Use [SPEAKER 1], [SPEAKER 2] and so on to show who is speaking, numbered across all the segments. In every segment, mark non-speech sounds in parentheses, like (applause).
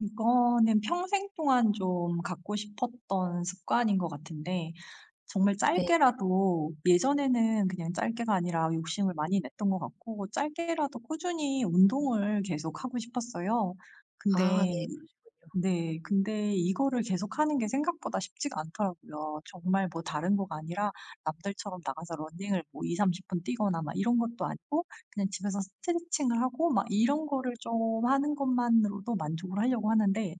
[SPEAKER 1] 이거는 평생 동안 좀 갖고 싶었던 습관인 것 같은데, 정말
[SPEAKER 2] 네.
[SPEAKER 1] 짧게라도, 예전에는 그냥 짧게가 아니라 욕심을 많이 냈던 것 같고, 짧게라도 꾸준히 운동을 계속 하고 싶었어요.
[SPEAKER 2] 아,
[SPEAKER 1] 근데
[SPEAKER 2] 네.
[SPEAKER 1] 이- 네, 근데 이거를 계속 하는 게 생각보다 쉽지가 않더라고요. 정말 뭐 다른 거가 아니라 남들처럼 나가서 러닝을 뭐 2, 30분 뛰거나 막 이런 것도 아니고, 그냥 집에서 스트레칭을 하고 막 이런 거를 좀 하는 것만으로도 만족을 하려고 하는데,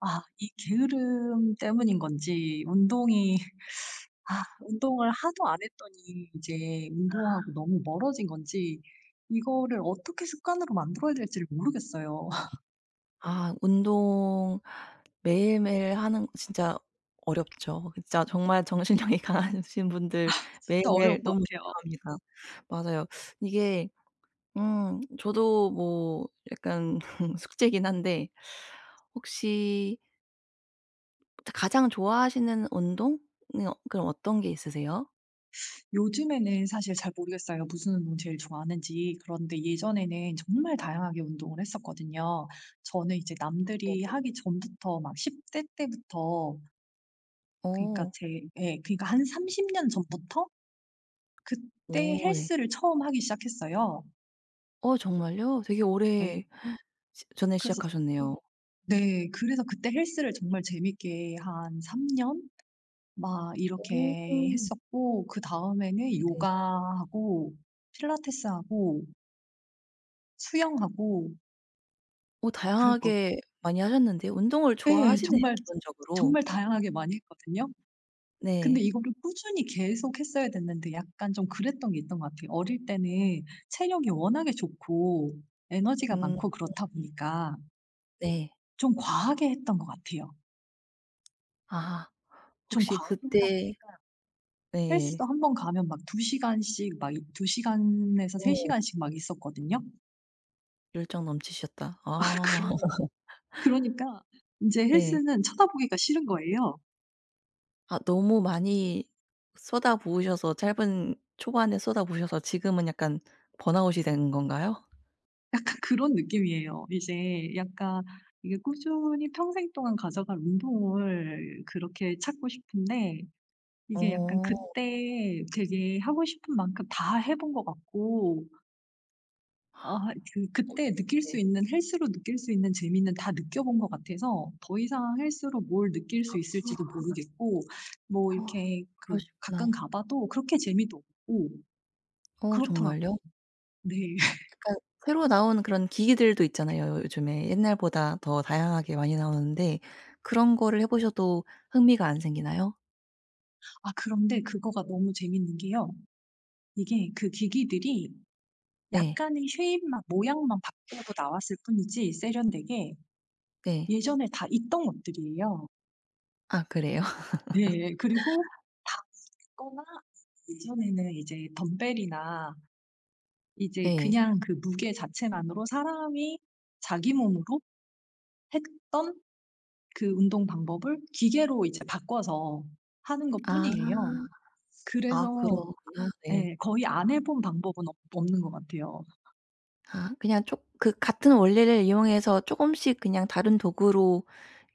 [SPEAKER 1] 아 이 게으름 때문인 건지, 운동이 (laughs) 아 운동을 하도 안 했더니 이제 운동하고 너무 멀어진 건지, 이거를 어떻게 습관으로 만들어야 될지를 모르겠어요. (laughs)
[SPEAKER 2] 아, 운동 매일매일 하는 진짜 어렵죠. 진짜 정말 정신력이 (laughs) 강하신 분들
[SPEAKER 1] 진짜
[SPEAKER 2] 매일매일
[SPEAKER 1] 어려운 것
[SPEAKER 2] 너무
[SPEAKER 1] 같아요.
[SPEAKER 2] 존경합니다. 맞아요. 이게 음, 저도 뭐 약간 (laughs) 숙제긴 한데 혹시 가장 좋아하시는 운동은 어, 그럼 어떤 게 있으세요?
[SPEAKER 1] 요즘에는 사실 잘 모르겠어요. 무슨 운동 제일 좋아하는지. 그런데 예전에는 정말 다양하게 운동을 했었거든요. 저는 이제 남들이
[SPEAKER 2] 네네.
[SPEAKER 1] 하기 전부터 막 10대 때부터, 그니까
[SPEAKER 2] 어.
[SPEAKER 1] 제 예, 그니까 한 30년 전부터 그때
[SPEAKER 2] 오, 네.
[SPEAKER 1] 헬스를 처음 하기 시작했어요.
[SPEAKER 2] 어, 정말요? 되게 오래
[SPEAKER 1] 네.
[SPEAKER 2] 시 전에
[SPEAKER 1] 그래서
[SPEAKER 2] 시작하셨네요.
[SPEAKER 1] 네. 그래서 그때 헬스를 정말 재밌게 한 3년 막
[SPEAKER 2] 오.
[SPEAKER 1] 이렇게 했었고, 그다음에는
[SPEAKER 2] 네네.
[SPEAKER 1] 요가하고 필라테스하고 수영하고
[SPEAKER 2] 어,
[SPEAKER 1] 그랬거
[SPEAKER 2] 다양하게 많이 하셨는데요. 운동을
[SPEAKER 1] 예.
[SPEAKER 2] 좋아하시네요,
[SPEAKER 1] 정말
[SPEAKER 2] 기본적으로.
[SPEAKER 1] 정말 다양하게 많이 했거든요. 근데
[SPEAKER 2] 네.
[SPEAKER 1] 이거를 꾸준히 계속 했어야 됐는데 약간 좀 그랬던 게 있던 것 같아요. 어릴 때는 체력이 워낙에 좋고, 에너지가
[SPEAKER 2] 음.
[SPEAKER 1] 많고 그렇다 보니까
[SPEAKER 2] 네.
[SPEAKER 1] 좀 과하게 했던 것 같아요.
[SPEAKER 2] 아,
[SPEAKER 1] 좀
[SPEAKER 2] 혹시
[SPEAKER 1] 과하게 하다
[SPEAKER 2] 그때
[SPEAKER 1] 보니까 헬스도
[SPEAKER 2] 네.
[SPEAKER 1] 한 번 가면 막 2 시간씩, 막 이 2 시간에서 3
[SPEAKER 2] 어머,
[SPEAKER 1] 시간씩 막 있었거든요.
[SPEAKER 2] 열정 넘치셨다.
[SPEAKER 1] (laughs)
[SPEAKER 2] 아,
[SPEAKER 1] 그러니 그러니까 인제
[SPEAKER 2] 네.
[SPEAKER 1] 헬스는 쳐다보기가 싫은 거예요.
[SPEAKER 2] 아, 너무 많이 쏟아 부으셔서, 짧은 초반에 쏟아 부으셔서 지금은 약간 번아웃이 된 건가요?
[SPEAKER 1] 약간 그런 느낌이에요. 이제 약간 이게 꾸준히 평생 동안 가져갈 운동을 그렇게 찾고 싶은데, 이게 약간
[SPEAKER 2] 어.
[SPEAKER 1] 그때 되게 하고 싶은 만큼 다 해본 것 같고, 아
[SPEAKER 2] 어,
[SPEAKER 1] 그때 느낄 수
[SPEAKER 2] 네.
[SPEAKER 1] 있는, 헬스로 느낄 수 있는 재미는 다 느껴 본 것 같아서 더 이상 헬스로 뭘 느낄 수 있을지도 모르겠고, 뭐 이렇게 그 가끔
[SPEAKER 2] 그러시구나.
[SPEAKER 1] 가 봐도 그렇게 재미도 없고
[SPEAKER 2] 어,
[SPEAKER 1] 그렇더라고요.
[SPEAKER 2] 정말요?
[SPEAKER 1] 네. (laughs)
[SPEAKER 2] 약간 새로 나온 그런 기기들도 있잖아요. 요즘에 옛날보다 더 다양하게 많이 나오는데 그런 거를 해 보셔도 흥미가 안 생기나요?
[SPEAKER 1] 아 그런데 그거가 너무 재밌는 게요, 이게 그 기기들이
[SPEAKER 2] 네.
[SPEAKER 1] 약간의 쉐입만 모양만 바꾸고 나왔을 뿐이지, 세련되게
[SPEAKER 2] 네.
[SPEAKER 1] 예전에 다 있던 것들이에요.
[SPEAKER 2] 아, 그래요? (laughs)
[SPEAKER 1] 네. 그리고 다 있거나, 예전에는 이제 덤벨이나, 이제
[SPEAKER 2] 네.
[SPEAKER 1] 그냥 그 무게 자체만으로 사람이 자기 몸으로 했던 그 운동 방법을 기계로 이제 바꿔서 하는
[SPEAKER 2] 아.
[SPEAKER 1] 것뿐이에요.
[SPEAKER 2] 아,
[SPEAKER 1] 그래서
[SPEAKER 2] 그렇구나. 네.
[SPEAKER 1] 예, 거의 안 해본 방법은 없 없는 것 같아요.
[SPEAKER 2] 아, 그냥 쪼 그 같은 원리를 이용해서 쪼금씩 그냥 다른 도구로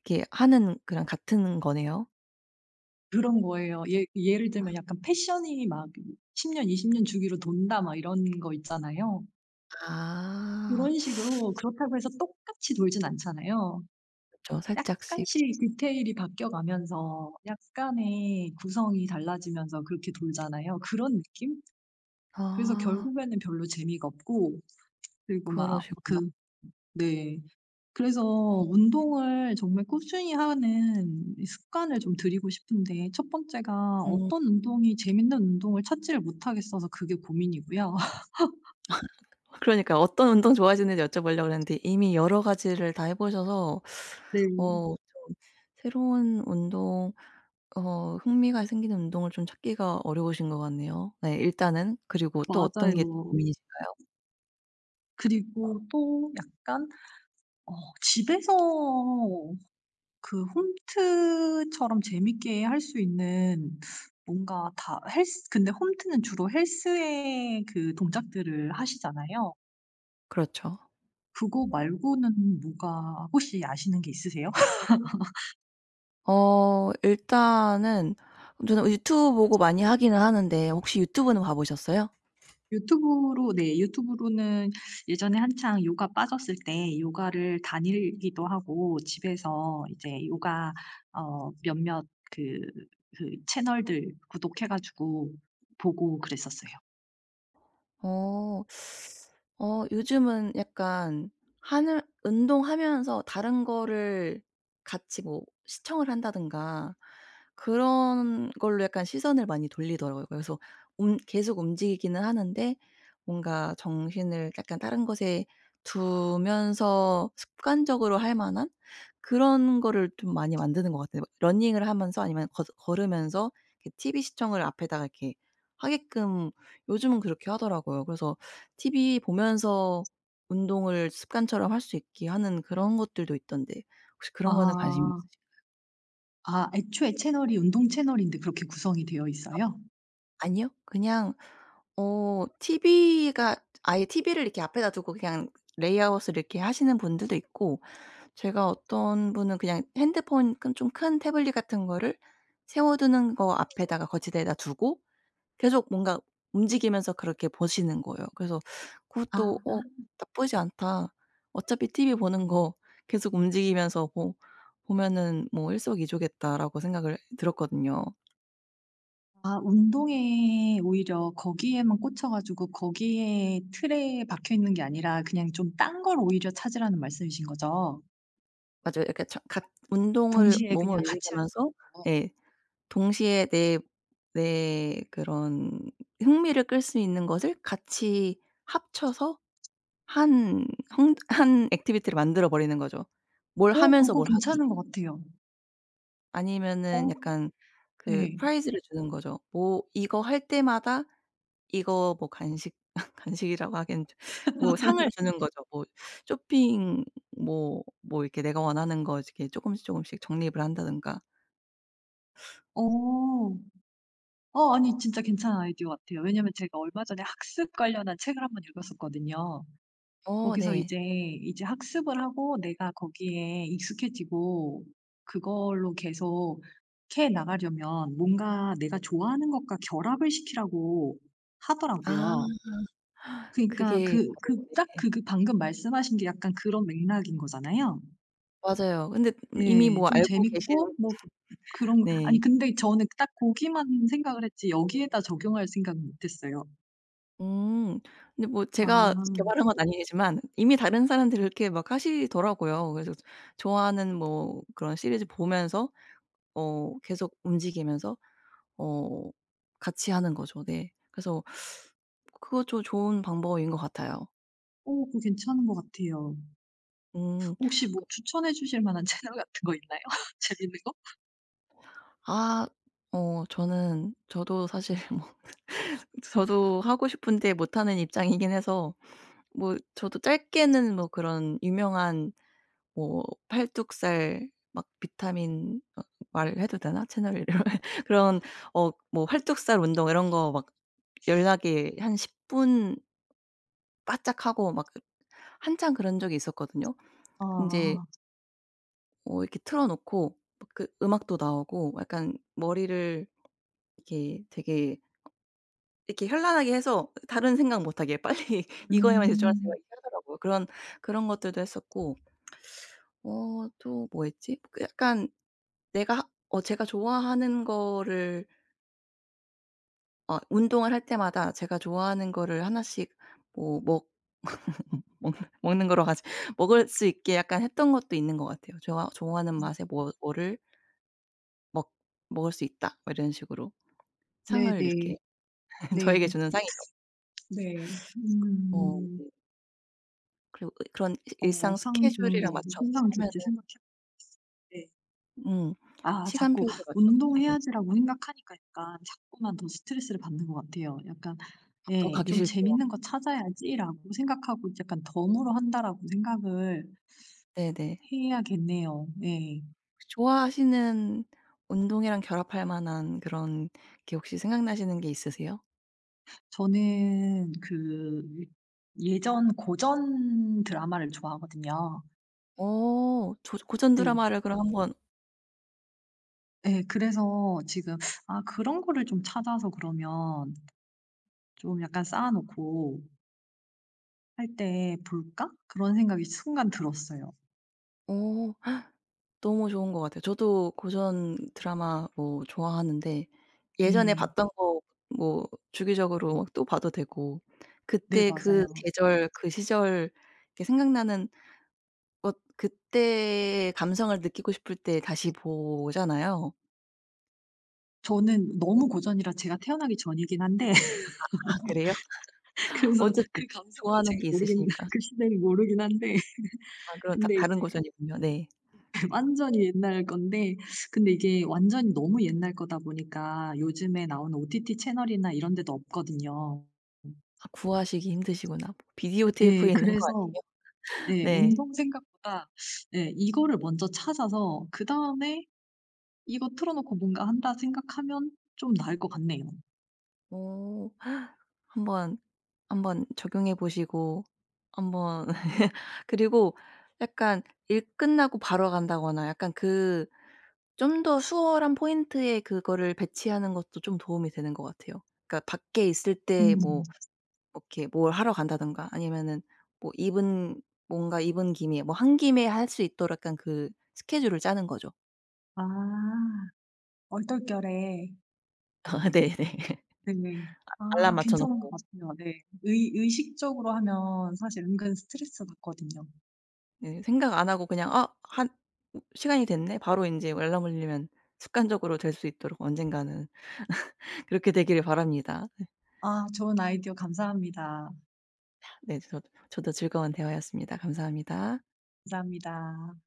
[SPEAKER 2] 이렇게 하는 그런 같은 거네요.
[SPEAKER 1] 그런 거예요. 예, 예를 들면 약간 패션이 막 10년 20년 주기로 돈다, 막 이런 거 있잖아요.
[SPEAKER 2] 아.
[SPEAKER 1] 그런 식으로 그렇다고 해서 똑같이 돌진 않잖아요.
[SPEAKER 2] 그쵸. 살짝씩.
[SPEAKER 1] 약간씩 디테일이 바뀌어가면서, 약간의 구성이 달라지면서 그렇게 돌잖아요. 그런 느낌? 그래서
[SPEAKER 2] 아,
[SPEAKER 1] 결국에는 별로 재미가 없고, 그리고
[SPEAKER 2] 그러시구나.
[SPEAKER 1] 네. 그래서 운동을 정말 꾸준히 하는 이 습관을 좀 들이고 싶은데, 첫 번째가
[SPEAKER 2] 음.
[SPEAKER 1] 어떤 운동이 재밌는 운동을 찾지를 못하겠어서 그게 고민이고요. (laughs)
[SPEAKER 2] 그러니까 어떤 운동 좋아하시는지 여쭤보려고 그랬는데 이미 여러 가지를 다 해 보셔서
[SPEAKER 1] 네.
[SPEAKER 2] 어, 좀 새로운 운동 어, 흥미가 생기는 운동을 좀 찾기가 어려우신 것 같네요. 네, 일단은. 그리고 또 어떤
[SPEAKER 1] 맞아요.
[SPEAKER 2] 게 또 고민이신가요?
[SPEAKER 1] 그리고 또 약간 어 집에서 그 홈트처럼 재밌게 할 수 있는, 뭔가 다 헬스, 근데 홈트는 주로 헬스의 그 동작들을 하시잖아요.
[SPEAKER 2] 그렇죠.
[SPEAKER 1] 그거 말고는 뭐가 혹시 아시는 게 있으세요? (laughs)
[SPEAKER 2] 어, 일단은 저는 유튜브 보고 많이 하기는 하는데 혹시 유튜브는 봐 보셨어요?
[SPEAKER 1] 유튜브로 네, 유튜브로는 예전에 한창 요가 빠졌을 때 요가를 다니기도 하고, 집에서 이제 요가 어 몇몇 그 그 채널들 구독해 가지고 보고 그랬었어요.
[SPEAKER 2] 어. 어, 요즘은 약간 하는 운동하면서 다른 거를 같이 뭐 시청을 한다든가 그런 걸로 약간 시선을 많이 돌리더라고요. 그래서 움, 계속 움직이기는 하는데 뭔가 정신을 약간 다른 것에 두면서 습관적으로 할 만한 그런 거를 좀 많이 만드는 것 같아요. 러닝을 하면서 아니면 걸으면서 이렇게 TV 시청을 앞에다가 이렇게 하게끔 요즘은 그렇게 하더라고요. 그래서 TV 보면서 운동을 습관처럼 할 수 있게 하는 그런 것들도 있던데 혹시 그런 거는 관심
[SPEAKER 1] 아.
[SPEAKER 2] 있으신가요?
[SPEAKER 1] 아 애초에 채널이 운동 채널인데 그렇게 구성이 되어 있어요?
[SPEAKER 2] 아니요. 그냥 어, TV가 아예 TV를 이렇게 앞에다 두고 그냥 레이아웃을 이렇게 하시는 분들도 있고, 제가 어떤 분은 그냥 핸드폰 좀 큰 태블릿 같은 거를 세워 두는 거 앞에다가 거치대에다 두고 계속 뭔가 움직이면서 그렇게 보시는 거예요. 그래서 그것도
[SPEAKER 1] 아.
[SPEAKER 2] '어, 나쁘지 않다. 어차피 TV 보는 거 계속 움직이면서 보 보면은 뭐 일석이조겠다.'라고 생각을 들었거든요.
[SPEAKER 1] 아 운동에 오히려 거기에만 꽂혀 가지고 거기에 틀에 박혀 있는 게 아니라, 그냥 좀 딴 걸 오히려 찾으라는 말씀이신 거죠?
[SPEAKER 2] 맞아요. 이렇게 저 같 운동을
[SPEAKER 1] 동시에
[SPEAKER 2] 몸을
[SPEAKER 1] 그냥 네, 같이 할
[SPEAKER 2] 움직이면서 예, 동시에 내 그런 흥미를 끌 수 있는 것을 같이 합쳐서 한 한 액티비티를 만들어 버리는 거죠. 뭘 하면서
[SPEAKER 1] 그거
[SPEAKER 2] 뭘 하기.
[SPEAKER 1] 괜찮은 것 같아요. 어.
[SPEAKER 2] 아니면은 약간 그
[SPEAKER 1] 예.
[SPEAKER 2] 프라이즈를 주는 거죠. 뭐 이거 할 때마다 이거 뭐 간식 (laughs) 간식이라고 하기엔 좀 뭐 상을 주는 거죠. 뭐 쇼핑, 뭐 이렇게 내가 원하는 거 이렇게 조금씩 조금씩 적립을 한다든가.
[SPEAKER 1] 어. 아니, 진짜 괜찮은 아이디어 같아요. 왜냐면 제가 얼마 전에 학습 관련한 책을 한번 읽었었거든요.
[SPEAKER 2] 어,
[SPEAKER 1] 거기서
[SPEAKER 2] 네.
[SPEAKER 1] 이제 학습을 하고, 내가 거기에 익숙해지고, 그걸로 계속 캐 나가려면 뭔가 내가 좋아하는 것과 결합을 시키라고
[SPEAKER 2] 아,
[SPEAKER 1] 하더라고요. 그니까 러그
[SPEAKER 2] 그게
[SPEAKER 1] 그
[SPEAKER 2] 바로
[SPEAKER 1] 딱
[SPEAKER 2] 네,
[SPEAKER 1] 그 방금 말씀하신 게 약간 그런 맥락인 거잖아요.
[SPEAKER 2] 맞아요. 근데 이미
[SPEAKER 1] 예,
[SPEAKER 2] 뭐
[SPEAKER 1] 좀
[SPEAKER 2] 알고 계신
[SPEAKER 1] 재밌고 뭐 그런 거, 아니
[SPEAKER 2] 네.
[SPEAKER 1] 근데 저는 딱 고기만 생각을 했지 여기에다 적용할 생각은 못 했어요.
[SPEAKER 2] 음. 근데 뭐
[SPEAKER 1] 아.
[SPEAKER 2] 제가 개발한 건 아니지만 이미 다른 사람들이 그렇게 막 하시더라고요. 그래서 좋아하는 뭐 그런 시리즈 보면서 어, 계속 움직이면서 어, 같이 하는 거죠. 네. 그래서 그것 좀 좋은 방법인 것 같아요.
[SPEAKER 1] 그거 괜찮은 것 같아요.
[SPEAKER 2] 음.
[SPEAKER 1] 혹시 뭐
[SPEAKER 2] 그
[SPEAKER 1] 추천해 주실 만한 (laughs) 채널 같은 거 있나요? (laughs) 재밌는 거?
[SPEAKER 2] 아, 어, 저는 저도 사실 (laughs) 뭐 저도 하고 싶은데 못하는 입장이긴 해서, 뭐 저도 짧게는 뭐 그런 유명한 뭐 팔뚝살 막 비타민 어, 말해도 되나? 채널 이름. (laughs) 그런 어, 뭐 팔뚝살 운동 이런 거 막 연락이 한10분 바짝하고 막 그 한참 그런 적이 있었거든요. 인제
[SPEAKER 1] 아.
[SPEAKER 2] 어, 이렇게 틀어 놓고 막 그 음악도 나오고, 약간 머리를 이렇게 되게 이렇게 현란하게 해서 다른 생각 못 하게 빨리 (laughs) 이거에만 집중하세요
[SPEAKER 1] 음.
[SPEAKER 2] 이렇게 하더라고요. 그런 그런 것들도 했었고 어, 또 뭐 했지? 그 약간 내가 어, 제가 좋아하는 거를 어, 운동을 할 때마다 제가 좋아하는 거를 하나씩 뭐먹 먹는 (laughs) 먹는 거로 가지 먹을 수 있게 약간 했던 것도 있는 것 같아요. 좋아 좋아하는 맛에 뭐 뭐를 먹 먹을 수 있다 뭐 이런 식으로 상을 이렇게
[SPEAKER 1] 네네.
[SPEAKER 2] (laughs) 저에게
[SPEAKER 1] 네.
[SPEAKER 2] 주는 상이죠.
[SPEAKER 1] 네.
[SPEAKER 2] 어,
[SPEAKER 1] 음.
[SPEAKER 2] 네. 그리고 으, 그런 이 일상
[SPEAKER 1] 상 주는 거,
[SPEAKER 2] 스케줄이랑 맞춰서
[SPEAKER 1] 무슨 상
[SPEAKER 2] 하면은
[SPEAKER 1] 줄지 생각해 요. 네.
[SPEAKER 2] 음,
[SPEAKER 1] 자꾸
[SPEAKER 2] 시간표를 맞춰 가지고
[SPEAKER 1] 운동해야지라고 생각하니까 약간 자꾸만 더 스트레스를 받는 것 같아요. 약간
[SPEAKER 2] 아, 더
[SPEAKER 1] 예,
[SPEAKER 2] 가기
[SPEAKER 1] '좀
[SPEAKER 2] 싫죠.
[SPEAKER 1] 재밌는 거 찾아야지.'라고 생각하고, 이제 약간 덤으로 한다라고 생각을
[SPEAKER 2] 네네.
[SPEAKER 1] 해야겠네요. 예.
[SPEAKER 2] 혹시 좋아하시는 운동이랑 결합할 만한 그런 게 혹시 생각나시는 게 있으세요?
[SPEAKER 1] 저는 그 예전 고전 드라마를 좋아하거든요.
[SPEAKER 2] 어. 조 고전
[SPEAKER 1] 네.
[SPEAKER 2] 드라마를 그럼 한번
[SPEAKER 1] 예. 그래서 지금 아 그런 거를 좀 찾아서, 그러면 좀 약간 쌓아 놓고 할 때 '볼까?' 그런 생각이 순간 들었어요.
[SPEAKER 2] 어. 너무 좋은 것 같아요. 저도 고전 드라마 뭐 좋아하는데 예전에
[SPEAKER 1] 네.
[SPEAKER 2] 봤던 거 뭐 주기적으로 막 또 봐도 되고
[SPEAKER 1] 네
[SPEAKER 2] 그때
[SPEAKER 1] 맞아요.
[SPEAKER 2] 그 계절 그 시절 이렇게 생각나는 것, 그때의 감성을 느끼고 싶을 때 다시 보잖아요.
[SPEAKER 1] 저는 너무 고전이라 제가 태어나기 전이긴 한데
[SPEAKER 2] 아, 그래요?
[SPEAKER 1] (laughs) 그래서
[SPEAKER 2] 어쨌든
[SPEAKER 1] 그 감성을
[SPEAKER 2] 좋아하는
[SPEAKER 1] 제가
[SPEAKER 2] 게
[SPEAKER 1] 모르겠,
[SPEAKER 2] 있으시니까.
[SPEAKER 1] 그 시대를 모르긴 한데,
[SPEAKER 2] 아, 그럼 다
[SPEAKER 1] 근데
[SPEAKER 2] 다른
[SPEAKER 1] 이제
[SPEAKER 2] 고전이군요. 네.
[SPEAKER 1] 완전히 옛날 건데, 근데 이게 완전히 너무 옛날 거다 보니까 요즘에 나오는 OTT 채널이나 이런 데도 없거든요.
[SPEAKER 2] 아, 구하시기 힘드시구나. 비디오
[SPEAKER 1] 예.
[SPEAKER 2] 테이프에 있는 거
[SPEAKER 1] 그래서
[SPEAKER 2] 아니에요?
[SPEAKER 1] 예.
[SPEAKER 2] 네.
[SPEAKER 1] 운동 생각보다 예. 이거를 먼저 찾아서 그다음에 '이거 틀어 놓고 뭔가 한다.' 생각하면 좀 나을 것 같네요.
[SPEAKER 2] 어, 한번 한번 적용해 보시고 한번 (laughs) 그리고 약간 일 끝나고 바로 간다거나 약간 그 좀 더 수월한 포인트에 그거를 배치하는 것도 좀 도움이 되는 것 같아요. 그러니까 밖에 있을 때
[SPEAKER 1] 음.
[SPEAKER 2] 뭐 이렇게 뭘 하러 간다든가 아니면은 뭐 입은 뭔가 입은 김에 뭐 한 김에 할 수 있도록 약간 그 스케줄을 짜는 거죠.
[SPEAKER 1] 아. 얼떨결에.
[SPEAKER 2] (laughs) 네네.
[SPEAKER 1] 네.
[SPEAKER 2] 알람 맞춰
[SPEAKER 1] 괜찮은 것
[SPEAKER 2] 놓고.
[SPEAKER 1] 같아요. 네. 의 의식적으로 하면 사실 은근 스트레스 받거든요.
[SPEAKER 2] 네. 생각 안 하고 그냥 '아, 한 시간이 됐네.' 바로 인제 알람 울리면 습관적으로 될 수 있도록, 언젠가는 그렇게 되기를 바랍니다. 네.
[SPEAKER 1] 아 좋은 아이디어 감사합니다.
[SPEAKER 2] 네. 저도 즐거운 대화였습니다. 감사합니다.
[SPEAKER 1] 감사합니다.